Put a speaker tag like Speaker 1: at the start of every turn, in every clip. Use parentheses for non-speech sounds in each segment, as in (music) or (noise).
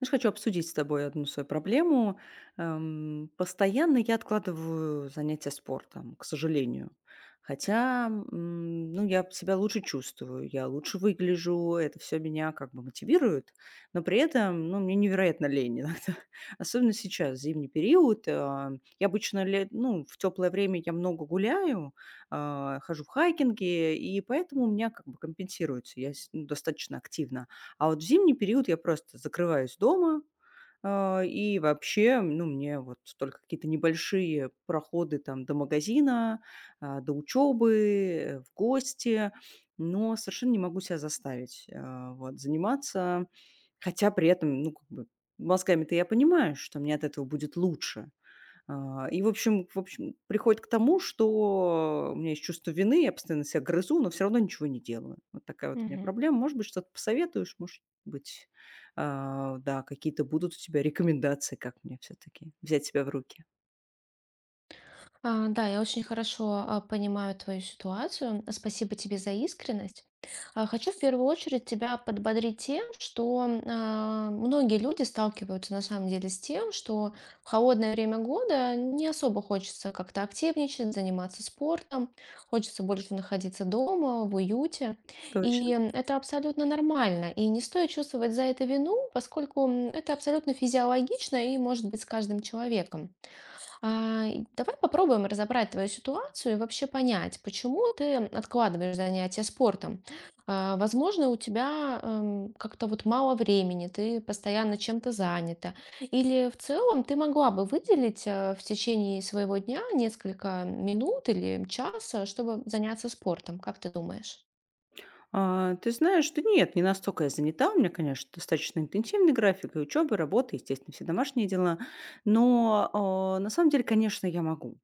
Speaker 1: Знаешь, хочу обсудить с тобой одну свою проблему. Постоянно я откладываю занятия спортом, к сожалению. Хотя, ну, я себя лучше чувствую, я лучше выгляжу, это все меня как бы мотивирует, но при этом, ну, мне невероятно лень иногда. (laughs) Особенно сейчас, зимний период. Я обычно, ну, в теплое время я много гуляю, хожу в хайкинге, и поэтому у меня как бы компенсируется, ну, достаточно активна. А вот в зимний период я просто закрываюсь дома, и вообще, ну, мне вот только какие-то небольшие проходы там до магазина, до учебы, в гости, но совершенно не могу себя заставить, вот, заниматься. Хотя при этом, ну, как бы мозгами-то я понимаю, что мне от этого будет лучше. А, и, в общем, приходит к тому, что у меня есть чувство вины, я постоянно себя грызу, но все равно ничего не делаю. Вот такая вот у меня
Speaker 2: Мгм.
Speaker 1: проблема. Может быть, что-то посоветуешь? Может быть, да, какие-то будут у тебя рекомендации, как мне все таки взять себя в руки?
Speaker 2: Да, я очень хорошо понимаю твою ситуацию. Спасибо тебе за искренность. Хочу в первую очередь тебя подбодрить тем, что многие люди сталкиваются на самом деле с тем, что в холодное время года не особо хочется как-то активничать, заниматься спортом, хочется больше находиться дома, в уюте. И
Speaker 1: Точно.
Speaker 2: это абсолютно нормально. И не стоит чувствовать за это вину, поскольку это абсолютно физиологично и может быть с каждым человеком. И давай попробуем разобрать твою ситуацию и вообще понять, почему ты откладываешь занятия спортом. А, возможно, у тебя как-то вот мало времени, ты постоянно чем-то занята. Или в целом ты могла бы выделить в течение своего дня несколько минут или часа, чтобы заняться спортом. Как ты думаешь?
Speaker 1: Ты знаешь, что нет, не настолько я занята. У меня, конечно, достаточно интенсивный график и учебы, работы, естественно, все домашние дела. Но, на самом деле, конечно, я могу.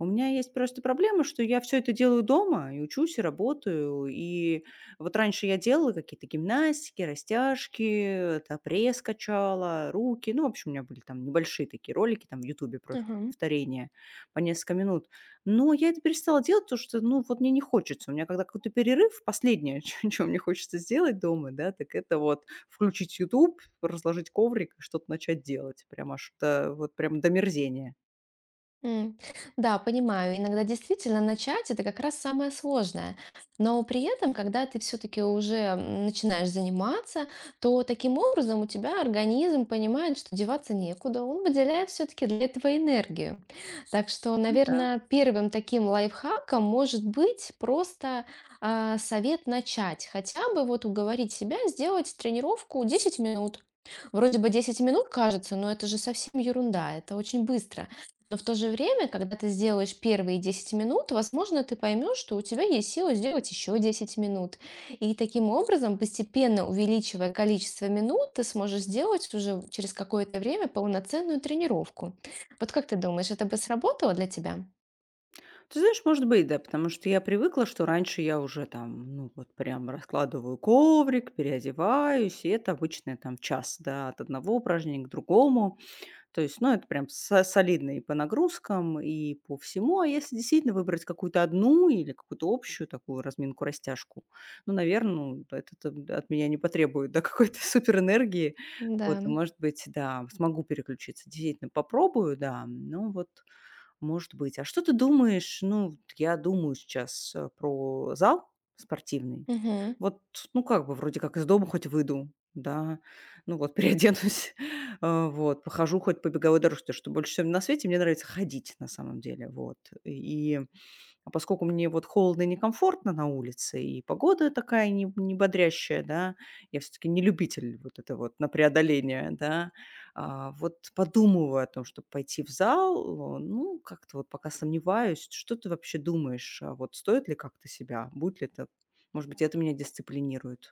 Speaker 1: У меня есть просто проблема, что я все это делаю дома, и учусь, и работаю. И вот раньше я делала какие-то гимнастики, растяжки, там пресс качала, руки. Ну, в общем, у меня были там небольшие такие ролики там в "Ютубе" просто
Speaker 2: Ага.
Speaker 1: повторения по несколько минут. Но я это перестала делать, потому что, ну, вот мне не хочется. У меня когда какой-то перерыв, последнее, (laughs) чё мне хочется сделать дома, да, так это вот включить YouTube, разложить коврик и что-то начать делать. Прям аж до вот прям до мерзения.
Speaker 2: М, Да, понимаю. Иногда действительно начать это как раз самое сложное. Но при этом, когда ты все-таки уже начинаешь заниматься, то таким образом у тебя организм понимает, что деваться некуда. Он выделяет все-таки для этого энергию. Так что,
Speaker 1: Да.
Speaker 2: наверное, первым таким лайфхаком может быть просто совет начать. Хотя бы вот уговорить себя сделать тренировку 10 минут. Вроде бы 10 минут кажется, но это же совсем ерунда, это очень быстро. Но в то же время, когда ты сделаешь первые 10 минут, возможно, ты поймешь, что у тебя есть сила сделать еще 10 минут. И таким образом, постепенно увеличивая количество минут, ты сможешь сделать уже через какое-то время полноценную тренировку. Вот как ты думаешь, это бы сработало для тебя?
Speaker 1: Ты знаешь, может быть, да, потому что я привыкла, что раньше я уже там, ну, вот прям раскладываю коврик, переодеваюсь, и это обычно там час, да, от одного упражнения к другому. То есть, ну, это прям солидно и по нагрузкам, и по всему. А если действительно выбрать какую-то одну или какую-то общую такую разминку-растяжку, ну, наверное, это там да, от меня не потребует, да, (laughs) какой-то суперэнергии.
Speaker 2: Да.
Speaker 1: Вот, и, может быть, да, смогу переключиться. Действительно, попробую, да, ну, вот может быть. А что ты думаешь? Ну, вот я думаю сейчас, про зал спортивный.
Speaker 2: Мгм.
Speaker 1: Вот, ну, как бы вроде как из дома хоть выйду, да, ну вот переоденусь, (laughs) вот, похожу хоть по беговой дорожке, потому что больше всего на свете мне нравится ходить на самом деле, вот. И поскольку мне вот холодно и некомфортно на улице, и погода такая не бодрящая, да, я все-таки не любитель вот это вот на преодоление, да, вот подумываю о том, чтобы пойти в зал, ну, как-то вот пока сомневаюсь, что ты вообще думаешь, а вот стоит ли как-то себя, будет ли это, может быть, это меня дисциплинирует?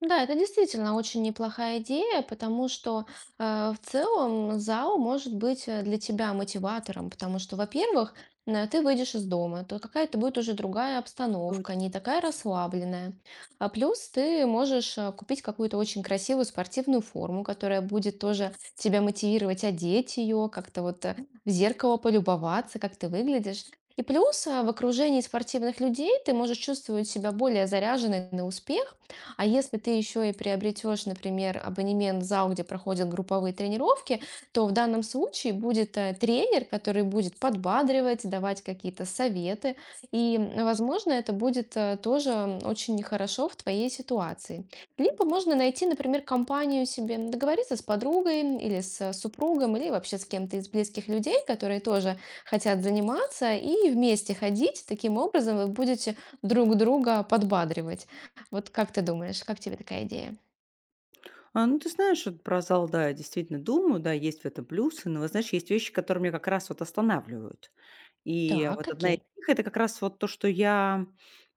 Speaker 2: Да, это действительно очень неплохая идея, потому что в целом ЗАО может быть для тебя мотиватором, потому что, во-первых, ты выйдешь из дома, то какая-то будет уже другая обстановка, не
Speaker 1: Точно.
Speaker 2: такая расслабленная. А плюс ты можешь купить какую-то очень красивую спортивную форму, которая будет тоже тебя мотивировать одеть ее, как-то вот в зеркало полюбоваться, как ты выглядишь. И плюс в окружении спортивных людей ты можешь чувствовать себя более заряженной на успех, а если ты еще и приобретешь, например, абонемент в зал, где проходят групповые тренировки, то в данном случае будет тренер, который будет подбадривать, давать какие-то советы. И возможно, это будет тоже очень хорошо в твоей ситуации. Либо можно найти, например, компанию себе, договориться с подругой или с супругом, или вообще с кем-то из близких людей, которые тоже хотят заниматься, и вместе ходить. Таким образом вы будете друг друга подбадривать. Вот как ты думаешь, как тебе такая идея?
Speaker 1: Ну, ты знаешь, вот про зал, да, я действительно думаю, да, есть в этом плюсы, но, вот знаешь, есть вещи, которые меня как раз вот останавливают. И
Speaker 2: Так,
Speaker 1: вот одна из
Speaker 2: какие?
Speaker 1: них- это как раз вот то, что я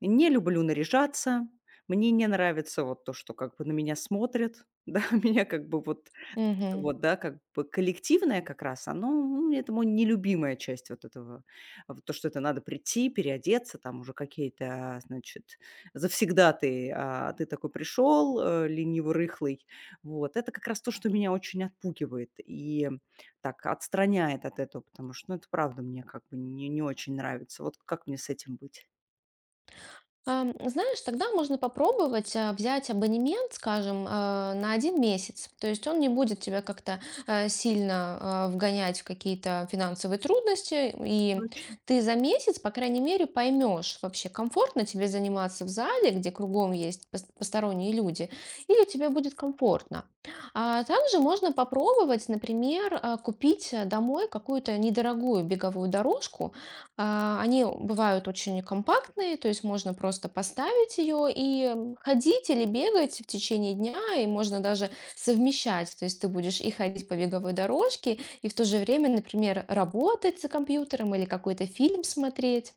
Speaker 1: не люблю наряжаться, мне не нравится вот то, что как бы на меня смотрят, (laughs) да, меня как бы вот
Speaker 2: Мгм.
Speaker 1: вот, да, как бы коллективное как раз, оно, ну, это моя нелюбимая часть вот этого. Вот то, что это надо прийти, переодеться, там уже какие-то, значит, завсегдатаи, а ты такой пришел, лениво-рыхлый. Вот, это как раз то, что меня очень отпугивает и так отстраняет от этого, потому что, ну, это правда мне как бы не очень нравится. Вот как мне с этим быть?
Speaker 2: Знаешь, тогда можно попробовать, взять абонемент, скажем, на один месяц. То есть он не будет тебя как-то, сильно, вгонять в какие-то финансовые трудности, и
Speaker 1: Точно.
Speaker 2: ты за месяц, по крайней мере, поймешь, вообще комфортно тебе заниматься в зале, где кругом есть посторонние люди, или тебе будет комфортно. А также можно попробовать, например, купить, домой какую-то недорогую беговую дорожку, Они бывают очень компактные, то есть можно просто поставить ее и ходить или бегать в течение дня, и можно даже совмещать. То есть ты будешь и ходить по беговой дорожке, и в то же время, например, работать за компьютером или какой-то фильм смотреть.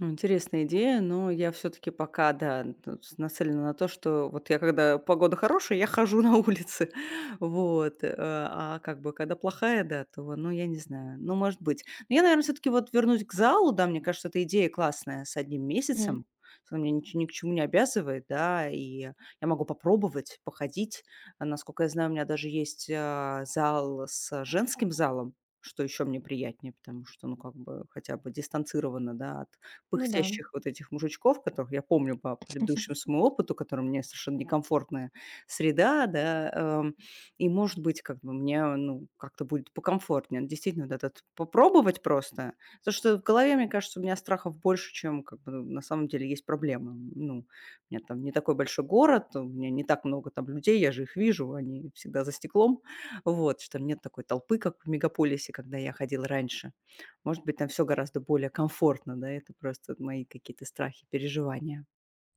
Speaker 1: Ну, интересная идея, но я все таки пока, да, тут с нацелена на то, что вот я когда погода хорошая, я хожу на улице, (laughs) вот, а как бы когда плохая, да, то, ну, я не знаю, ну, может быть. Но я, наверное, все таки вот вернусь к залу, да, мне кажется, эта идея классная с одним
Speaker 2: Мгм.
Speaker 1: месяцем, что она меня нич ни к чему не обязывает, да, и я могу попробовать, походить. Насколько я знаю, у меня даже есть, зал с женским залом, что еще мне приятнее, потому что, ну, как бы хотя бы дистанцировано, да, от
Speaker 2: Ну да.
Speaker 1: пыхтящих вот этих мужичков, которых я помню по предыдущему своему опыту, которым мне совершенно некомфортная среда, да, И, может быть, как бы мне, ну, как-то будет покомфортнее. Действительно, вот этот попробовать просто. Потому что в голове, мне кажется, у меня страхов больше, чем как бы на самом деле есть проблемы. Ну, у меня там не такой большой город, у меня не так много там людей, я же их вижу, они всегда за стеклом. Вот, что там нет такой толпы, как в мегаполисе, когда я ходила раньше. Может быть, там все гораздо более комфортно, да? Это просто мои какие-то страхи, переживания.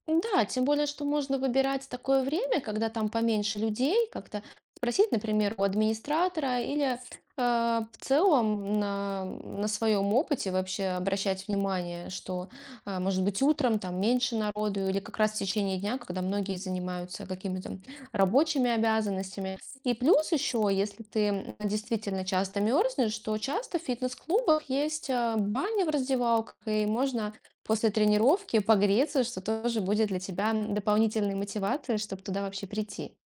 Speaker 2: Да, тем более, что можно выбирать такое время, когда там поменьше людей, как-то спросить, например, у администратора или в целом на своем опыте вообще обращать внимание, что, а, может быть, утром там меньше народу или как раз в течение дня, когда многие занимаются какими-то рабочими обязанностями. И плюс еще, если ты действительно часто мерзнешь, то часто в фитнес-клубах есть баня в раздевалках, и можно после тренировки погреться, что тоже будет для тебя дополнительной мотивацией, чтобы туда вообще прийти.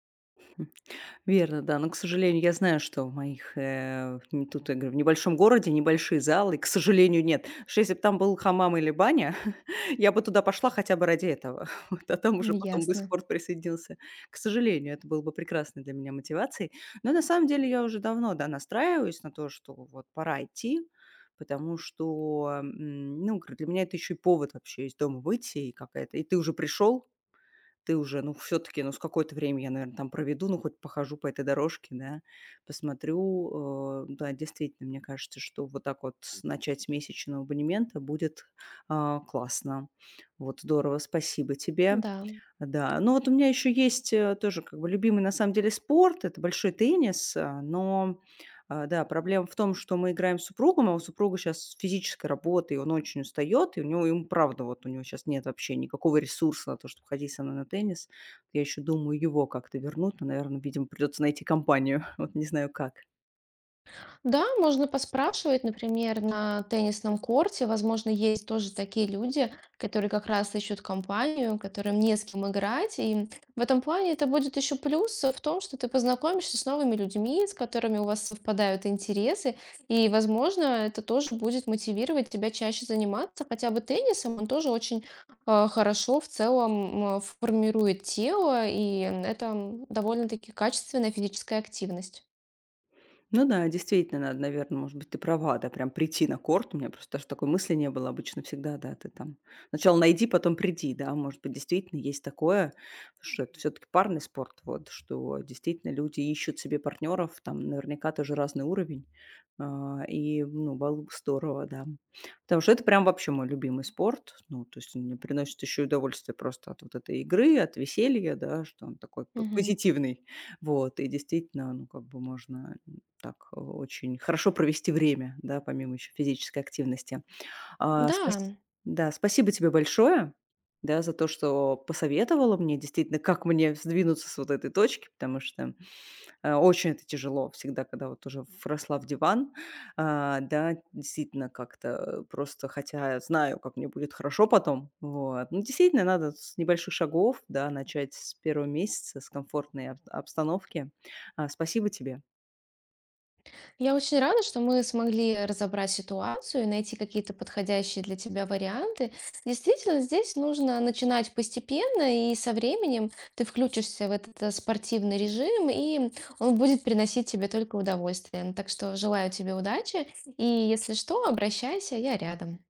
Speaker 1: Верно, да. Но, к сожалению, я знаю, что в моих, тут, я говорю, в небольшом городе небольшие залы, и, к сожалению, нет. Потому что если бы там был хамам или баня, (laughs) я бы туда пошла хотя бы ради этого. (laughs) Вот, а там уже потом бы
Speaker 2: Ясно.
Speaker 1: спорт присоединился. К сожалению, это было бы прекрасной для меня мотивацией. Но на самом деле я уже давно, да, настраиваюсь на то, что вот пора идти, потому что, ну, говорю, для меня это еще и повод вообще из дома выйти и какая-то. И ты уже пришел, ты уже, ну, все таки ну, с какое-то время я, наверное, там проведу, ну, хоть похожу по этой дорожке, да, посмотрю. Да, действительно, мне кажется, что вот так вот с начать с месячного абонемента будет, классно. Вот здорово, спасибо тебе.
Speaker 2: Да.
Speaker 1: Да, ну вот у меня еще есть, тоже как бы любимый на самом деле спорт- это большой теннис, да, проблема в том, что мы играем с супругом, а у супруга сейчас физическая работа, и он очень устает, и у него ему правда вот у него сейчас нет вообще никакого ресурса на то, чтобы ходить со мной на теннис. Я еще думаю его как-то вернуть, но, наверное, видимо, придется найти компанию, (laughs) вот не знаю как.
Speaker 2: Да, можно поспрашивать, например, на теннисном корте. Возможно, есть тоже такие люди, которые как раз ищут компанию, которым не с кем играть. И в этом плане это будет еще плюс в том, что ты познакомишься с новыми людьми, с которыми у вас совпадают интересы. И, возможно, это тоже будет мотивировать тебя чаще заниматься. Хотя бы теннисом он тоже очень хорошо в целом формирует тело, и это довольно-таки качественная физическая активность.
Speaker 1: Ну да, действительно, надо, наверное, может быть, ты права, да, прям прийти на корт. У меня просто даже такой мысли не было. Обычно всегда, да, ты там сначала найди, потом приди, да, может быть, действительно есть такое, что это все-таки парный спорт, вот, что действительно люди ищут себе партнеров, там наверняка тоже разный уровень, и, ну, было бы здорово, да. Потому что это прям вообще мой любимый спорт, ну, то есть он мне приносит еще и удовольствие просто от вот этой игры, от веселья, да, что он такой
Speaker 2: Мгм.
Speaker 1: позитивный, вот, и действительно, ну, как бы можно так очень хорошо провести время, да, помимо еще физической активности. А,
Speaker 2: Да.
Speaker 1: спас- да, спасибо тебе большое, да, за то, что посоветовала мне действительно, как мне сдвинуться с вот этой точки, потому что очень это тяжело всегда, когда вот уже вросла в диван, да, действительно как-то просто, хотя знаю, как мне будет хорошо потом, вот, ну, действительно надо с небольших шагов, да, начать с первого месяца, с комфортной обстановки. Спасибо тебе.
Speaker 2: Я очень рада, что мы смогли разобрать ситуацию и найти какие-то подходящие для тебя варианты. Действительно, здесь нужно начинать постепенно, и со временем ты включишься в этот спортивный режим, и он будет приносить тебе только удовольствие. Так что желаю тебе удачи, и если что, обращайся, я рядом.